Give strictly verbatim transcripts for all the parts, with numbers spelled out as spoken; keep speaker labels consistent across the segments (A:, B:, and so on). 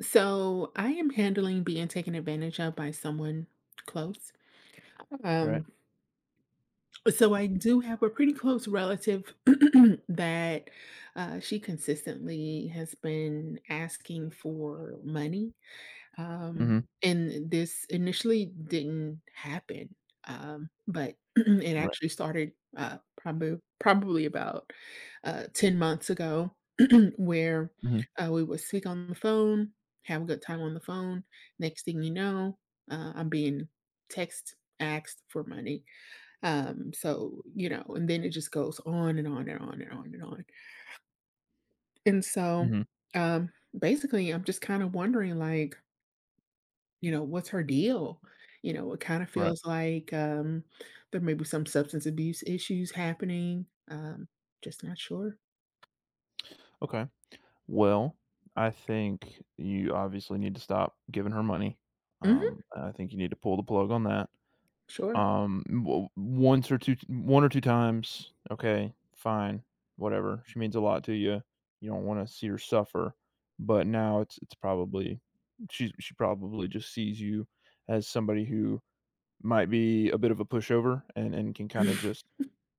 A: So I am handling being taken advantage of by someone close. Okay.
B: Right.
A: Um, so I do have a pretty close relative that uh, she consistently has been asking for money um,
B: Mhm.
A: and this initially didn't happen, um, but it
B: Right.
A: actually started uh, probably probably about uh, ten months ago where
B: Mhm.
A: uh, we would speak on the phone, have a good time on the phone. Next thing you know, uh, I'm being text asked for money. Um, so, you know, and then it just goes on and on and on and on and on. And so
B: Mhm.
A: um, basically, I'm just kind of wondering like, you know, what's her deal? You know, it kinda
B: Right.
A: feels like, um, there may be some substance abuse issues happening, um, just not sure.
B: Okay. Well, I think you obviously need to stop giving her money.
A: Mhm,
B: Um, I think you need to pull the plug on that.
A: sure.
B: Um, w once or two, one or two times, okay, fine, whatever. She means a lot to you. You don't wanna see her suffer, but now it's it's probably she she probably just sees you as somebody who might be a bit of a pushover and and can kinda just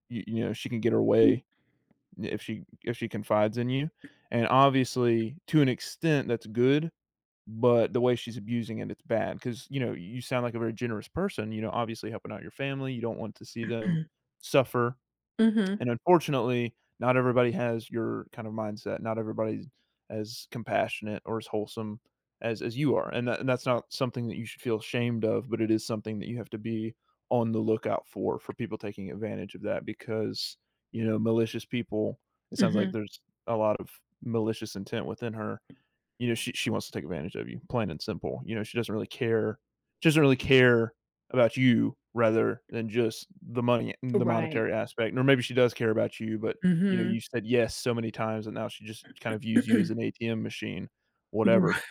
B: you you know, she can get her way if she if she confides in you. And obviously, to an extent, that's good, but the way she's abusing it, it's bad because you know you sound like a very generous person. You know, obviously helping out your family. You don't want to see them suffer,
A: Mhm,
B: and unfortunately, not everybody has your kind of mindset. Not everybody's as compassionate or as wholesome as as you are. And that and that's not something that you should feel ashamed of, but it is something that you have to be on the lookout for for people taking advantage of that because, you know, malicious people, it sounds like
A: mhm.
B: there's a lot of malicious intent within her. You know, she she wants to take advantage of you, plain and simple. You know, she doesn't really care. She doesn't really care about you rather than just the money and the
A: Right.
B: monetary aspect. Or maybe she does care about you, but you know,
A: Mhm.
B: you said yes so many times and now she just kind of views you as an A T M machine, whatever.
A: Right.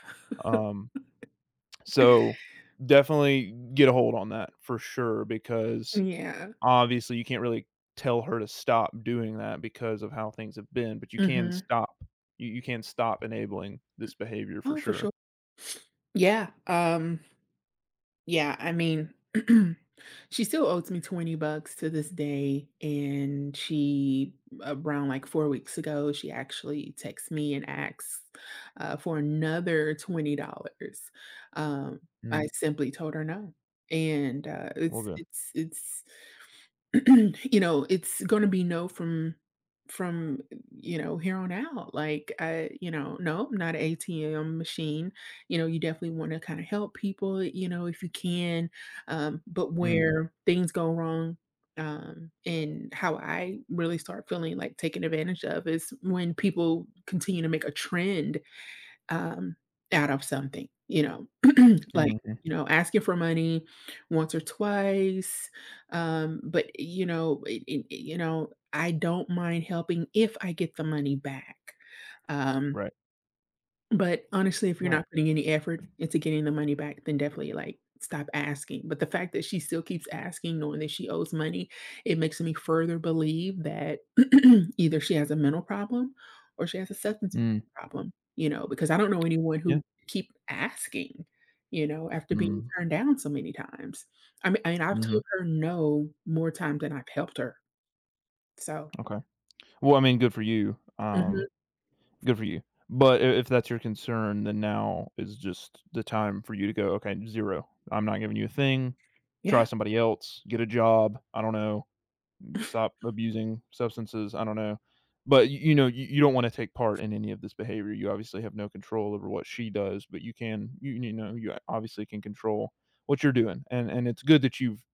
B: Um, so definitely get a hold on that for sure because
A: Yeah.
B: obviously you can't really tell her to stop doing that because of how things have been, but you can
A: Mhm.
B: stop you, you can stop enabling this behavior for
A: Oh, for
B: sure.
A: sure. Yeah, um Yeah, I mean, she still owes me twenty bucks to this day, and she around, like, four weeks ago, she actually texts me and asks, uh, for another twenty dollars. Um,
B: Mm,
A: I simply told her no, and, uh,
B: well,
A: it's
B: good.
A: it's it's you know, it's gonna be no from from, you know, here on out. Like, I you know, no, I'm not an A T M machine. You know, you definitely wanna kinda help people, you know, if you can, um, but
B: Mm,
A: where things go wrong, um, and how I really start feeling like taken advantage of is when people continue to make a trend um, out of something, you know, like,
B: mhm,
A: you know, asking for money once or twice, um, but, you know, it, it- you know, I don't mind helping if I get the money back. Um,
B: right,
A: but honestly, if you're
B: right.
A: not putting any effort into getting the money back, then definitely like stop asking. But the fact that she still keeps asking, knowing that she owes money, it makes me further believe that either she has a mental problem or she has a substance abuse
B: Mm,
A: problem, you know, because I don't know anyone
B: yeah.
A: who keep asking, you know, after being
B: Mm,
A: turned down so many times. I mean, I mean, I've
B: mhm,
A: told her no more times than I've helped her. So,
B: okay. Well, I mean, good for you, um,
A: Mhm.
B: good for you, but I if that's your concern, then now is just the time for you to go, "Okay, zero. I'm not giving you a thing. Try
A: yeah.
B: somebody else, get a job, I don't know, stop abusing substances, I don't know." But you you know, you you don't wanna take part in any of this behavior, you obviously have no control over what she does, but you can you you know, you obviously can control what you're doing, and and it's good that you've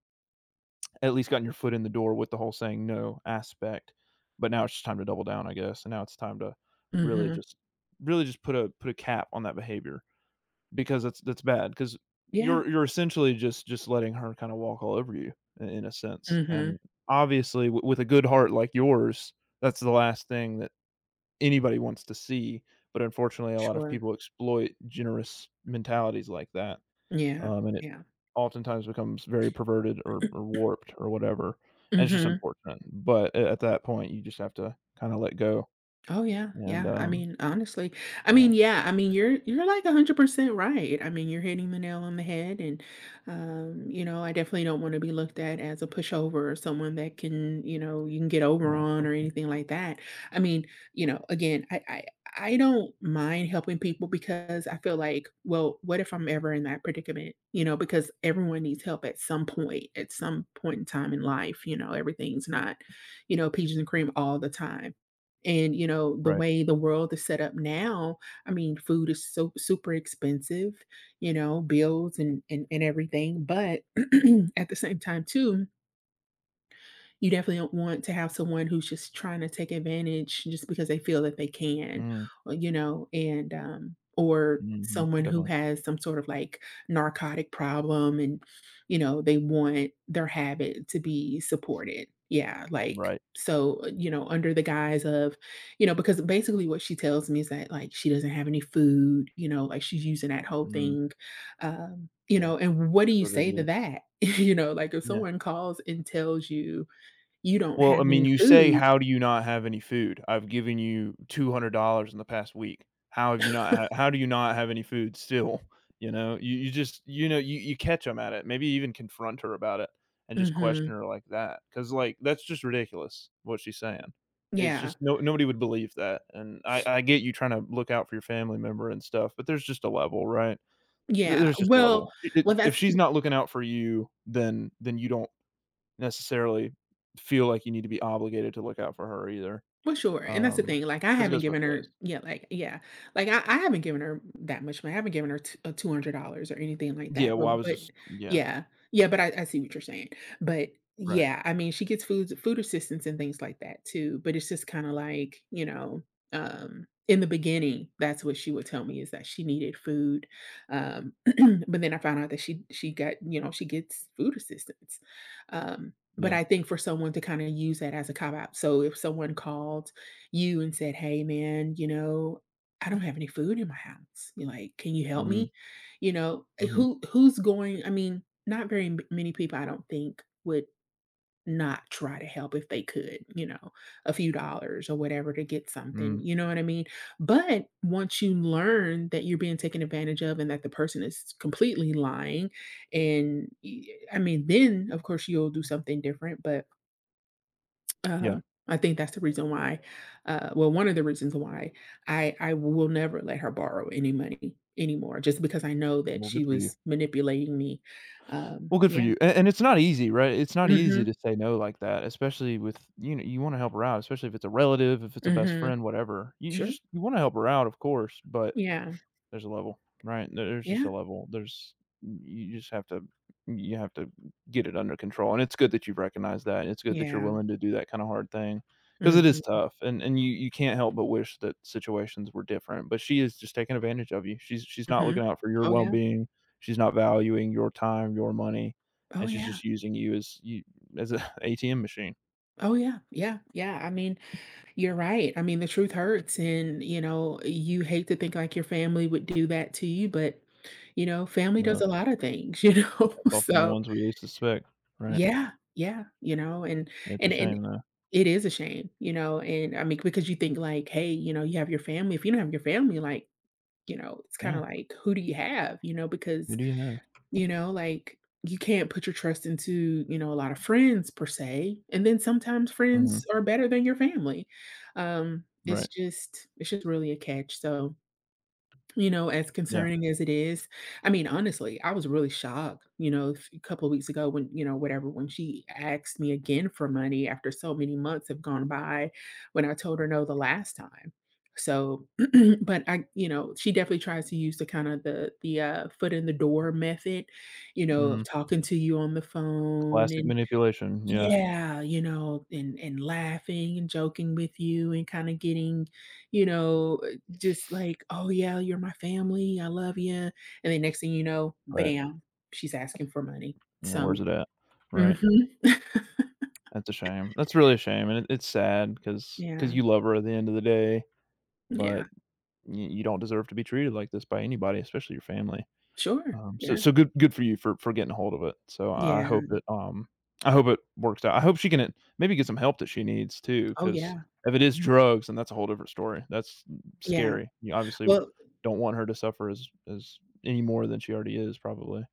B: at least gotten your foot in the door with the whole saying no aspect. But now it's just time to double down, I guess. And now it's time to really
A: hmm
B: just really just put a put a cap on that behavior because that's that's bad because
A: Yeah.
B: you're you're essentially just just letting her kind of walk all over you in, in a sense. And
A: hmm
B: obviously w- with a good heart like yours, that's the last thing that anybody wants to see. But unfortunately, a lot of
A: Sure.
B: people exploit generous mentalities like that.
A: Yeah.
B: Um, and
A: Yeah.
B: oftentimes becomes very perverted or or warped or whatever, and it's just
A: hmm
B: unfortunate, but a at that point, you just have to kinda let go,
A: Oh yeah,
B: and,
A: yeah. I
B: um
A: mean, honestly, I
B: yeah,
A: mean, yeah. I mean, you're you're like a hundred percent right. I mean, you're hitting the nail on the head, and um, you know, I definitely don't want to be looked at as a pushover or someone that can, you know, you can get over
B: yeah, of
A: on
B: course
A: or
B: not.
A: anything like that. I mean, you know, again, I I I don't mind helping people because I feel like, well, what if I'm ever in that predicament? You know, because everyone needs help at some point, at some point in time in life. You know, everything's not, you know, peaches and cream all the time and, you know, the
B: Right.
A: way the world is set up now, I mean, food is so super expensive, you know, bills and and, and everything. But at the same time, too, you definitely don't want to have someone who's just trying to take advantage just because they feel that they can,
B: Mm,
A: uh, you know, and um, or
B: mhm,
A: someone who
B: definitely.
A: has some sort of like narcotic problem and you know they want their habit to be supported. Yeah, like
B: Right.
A: so uh, you know under the guise of you know because basically what she tells me is that like she doesn't have any food you know like she's using that whole
B: Mm,
A: thing um you
B: yeah,
A: know and what do
B: that's
A: you
B: what they
A: say to
B: do.
A: that you know like if
B: Yeah.
A: someone calls and tells you you don't
B: Well, I
A: have
B: mean,
A: any
B: you say,
A: food.
B: "How do you not have any food?" I've given you two hundred dollars in the past week. How have you not ha how do you not have any food still? You know, you you just you know, you you catch them at it, maybe even confront her about it and just question
A: Mhm.
B: her like that, because like, that's just ridiculous what she's saying. It's
A: Yeah.
B: just no nobody would believe that, and I I get you trying to look out for your family member and stuff, but there's just a level, right? There
A: Yeah.
B: there's just a
A: Well
B: level. I
A: well,
B: If
A: that's
B: she's not looking out for you, then then you don't necessarily feel like you need to be obligated to look out for her either.
A: Well, sure, and that's the
B: Um,
A: thing, like, I
B: Because it
A: haven't
B: goes both
A: given
B: ways.
A: her yeah, like yeah, like, I I haven't given her that much money, I haven't given her t uh, two hundred dollars or anything like
B: Yeah,
A: that,
B: well, I
A: but
B: was
A: but
B: just yeah,
A: yeah, yeah, but I I see what you're saying, but
B: right,
A: yeah, I mean, she gets food food assistance and things like that too, but it's just kinda like, you know, um, in the beginning, that's what she would tell me is that she needed food, um, but then I found out that she she got you know, she gets food assistance, um but
B: yeah.
A: I think for someone to kinda use that as a cop out, so if someone called you and said, "Hey, man, you know, I don't have any food in my house," you're like, "Can you help
B: Mm,
A: me?" You know, eh,
B: mhm,
A: who who's going I mean, not very m many people, I don't think, would not try to help if they could, you know, a few dollars or whatever to get
B: mm,
A: something, you know what I mean? But once you learn that you're being taken advantage of and that the person is completely lying, and y- I mean, then of course you'll do something different. But
B: yeah,
A: um, I think that's the reason why, uh, well, one of the reasons why I I will never let her borrow any money anymore, just because I know that
B: well,
A: she
B: good for you.
A: was manipulating me. Um,
B: Well, good for
A: yeah.
B: you, and and it's not easy, right? It's not easy
A: Mm-hmm.
B: to say no like that, especially with you know, you wanna help her out, especially if it's a relative, if it's a best
A: Mm-hmm.
B: friend, whatever. You you
A: Sure.
B: just you wanna help her out, of course, but
A: Yeah.
B: there's a level, right? There's just
A: Yeah.
B: a level. There's You just have to you have to get it under control, and it's good that you've recognized that, it's good that you're
A: Yeah.
B: willing to do that kinda hard thing, because it is
A: Mhm.
B: tough, and and you you can't help but wish that situations were different, but she is just taking advantage of you. She's she's not looking
A: Mhm.
B: out for your
A: Oh, yeah.
B: well-being, she's not valuing your time, your money,
A: Oh,
B: and she's
A: yeah.
B: just using you as you as an A T M machine,
A: Oh, yeah. Yeah. Yeah. I mean, you're right. I mean, the truth hurts, and, you know, you hate to think like your family would do that to you, but, you know, family
B: you
A: does
B: know?
A: a lot of things, you know?
B: That's often the
A: So,
B: ones we least suspect, right?
A: yeah. Yeah. You know, and
B: It's a
A: and and
B: shame, though.
A: it is a shame, you know, and I mean, because you think like, hey, you know, you have your family. If you don't have your family, like, you know, it's kind of
B: Yeah.
A: like, who do you have? You know, because
B: Who do you know?
A: You know, like, you can't put your trust into, you know, a lot of friends per se, and then sometimes
B: Mhm.
A: friends are better than your family. Um, it's
B: Right.
A: just it's just really a catch, so you know, as
B: Yeah.
A: concerning as it is, I mean, honestly, I was really shocked, you know, f a couple of weeks ago when, you know, whatever, when she asked me again for money after so many months have gone by when I told her no the last time. So, but I you know, she definitely tries to use the kinda the the, uh, foot in the door method, you know,
B: Mm,
A: of talking to you on the phone
B: classic
A: and,
B: manipulation, yeah,
A: yeah, you know, and and laughing and joking with you and kinda getting, you know, uh, just like, "Oh, yeah, you're my family, I love you," and then next thing you know,
B: right.
A: bam, she's asking for money.
B: Yeah, where's
A: So
B: it at? Right,
A: Mhm.
B: that's a shame, that's really a shame, and it it's sad because because
A: Yeah,
B: you love her at the end of the day,
A: yeah.
B: but you you don't deserve to be treated like this by anybody, especially your family,
A: Sure,
B: um, so
A: yeah.
B: so good good for you for for getting a hold of it, so I I
A: Yeah.
B: hope it, um I hope it works out, I hope she can at maybe get some help that she needs too,
A: Oh,
B: because
A: yeah,
B: if it is drugs, then that's a whole different story, that's
A: yeah.
B: scary, you obviously
A: Well
B: don't want her to suffer as as any more than she already is probably.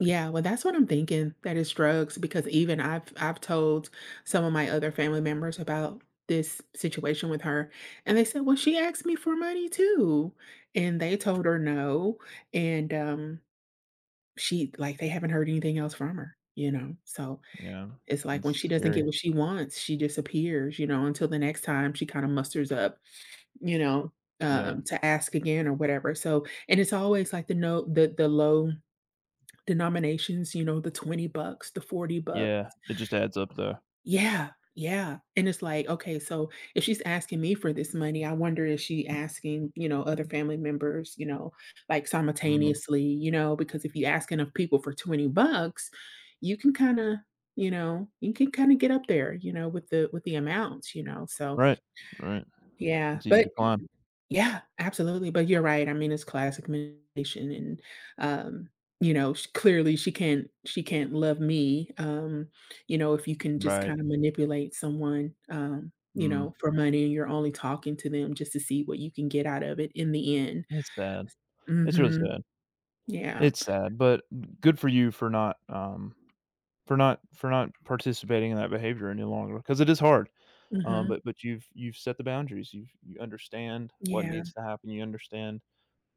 A: Yeah, well, that's what I'm thinking, that it's drugs, because even I've I've told some of my other family members about this situation with her, and they said, "Well, she asked me for money too." And they told her no, and, um, she like, they haven't heard anything else from her, you know? So,
B: Yeah,
A: it's like when
B: that's
A: she doesn't get
B: scary.
A: what she wants, she disappears, you know, until the next time she kinda musters up, you know,
B: Yeah,
A: um, to ask again or whatever, so and it's always like the no the the low denominations, you know, the twenty bucks, the forty bucks.
B: yeah, it just adds up though.
A: Yeah, yeah, and it's like, okay, so if she's asking me for this money, I wonder is she asking, you know, other family members, you know, like
B: Mm,
A: simultaneously, you know, because if you ask enough people for twenty bucks, you can kinda, you know, you can kinda get up there, you know, with the with the amounts, you know, so,
B: right, right.
A: yeah,
B: It's easy
A: but
B: to climb.
A: yeah, absolutely, but you're right, I mean, it's classic manipulation and, um, you know, sh clearly she can't she can't love me, um, you know, if you can just
B: Right,
A: kinda manipulate someone, um, you
B: mm.
A: know, for money and you're only talking to them just to see what you can get out of it in the end.
B: It's sad. It's really
A: Mhm.
B: sad.
A: Yeah.
B: It's sad, but good for you for not, um, for not for not participating in that behavior any longer because it is hard, um,
A: Mhm.
B: but but you've you've set the boundaries, you've you understand what
A: Yeah.
B: needs to happen, you understand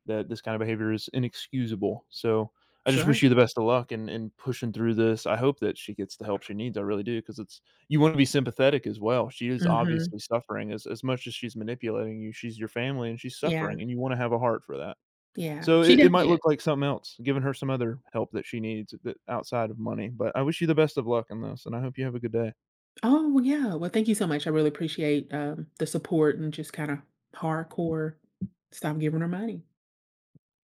B: that this kind of behavior is inexcusable. So I just wish
A: Sure.
B: you the best of luck in, in pushing through this. I hope that she gets the help she needs. I really do, because it's you want to be sympathetic as well. She is
A: Mhm.
B: obviously suffering as, as much as she's manipulating you. She's your family and she's
A: Yeah,
B: suffering, and you want to have a heart for that.
A: yeah.
B: So
A: She
B: it, it might
A: definitely is.
B: look like something else, giving her some other help that she needs that outside of money. But I wish you the best of luck in this, and I hope you have a good day.
A: Oh, well, yeah. Well, thank you so much. I really appreciate, um, the support and just kinda hardcore stop giving her money.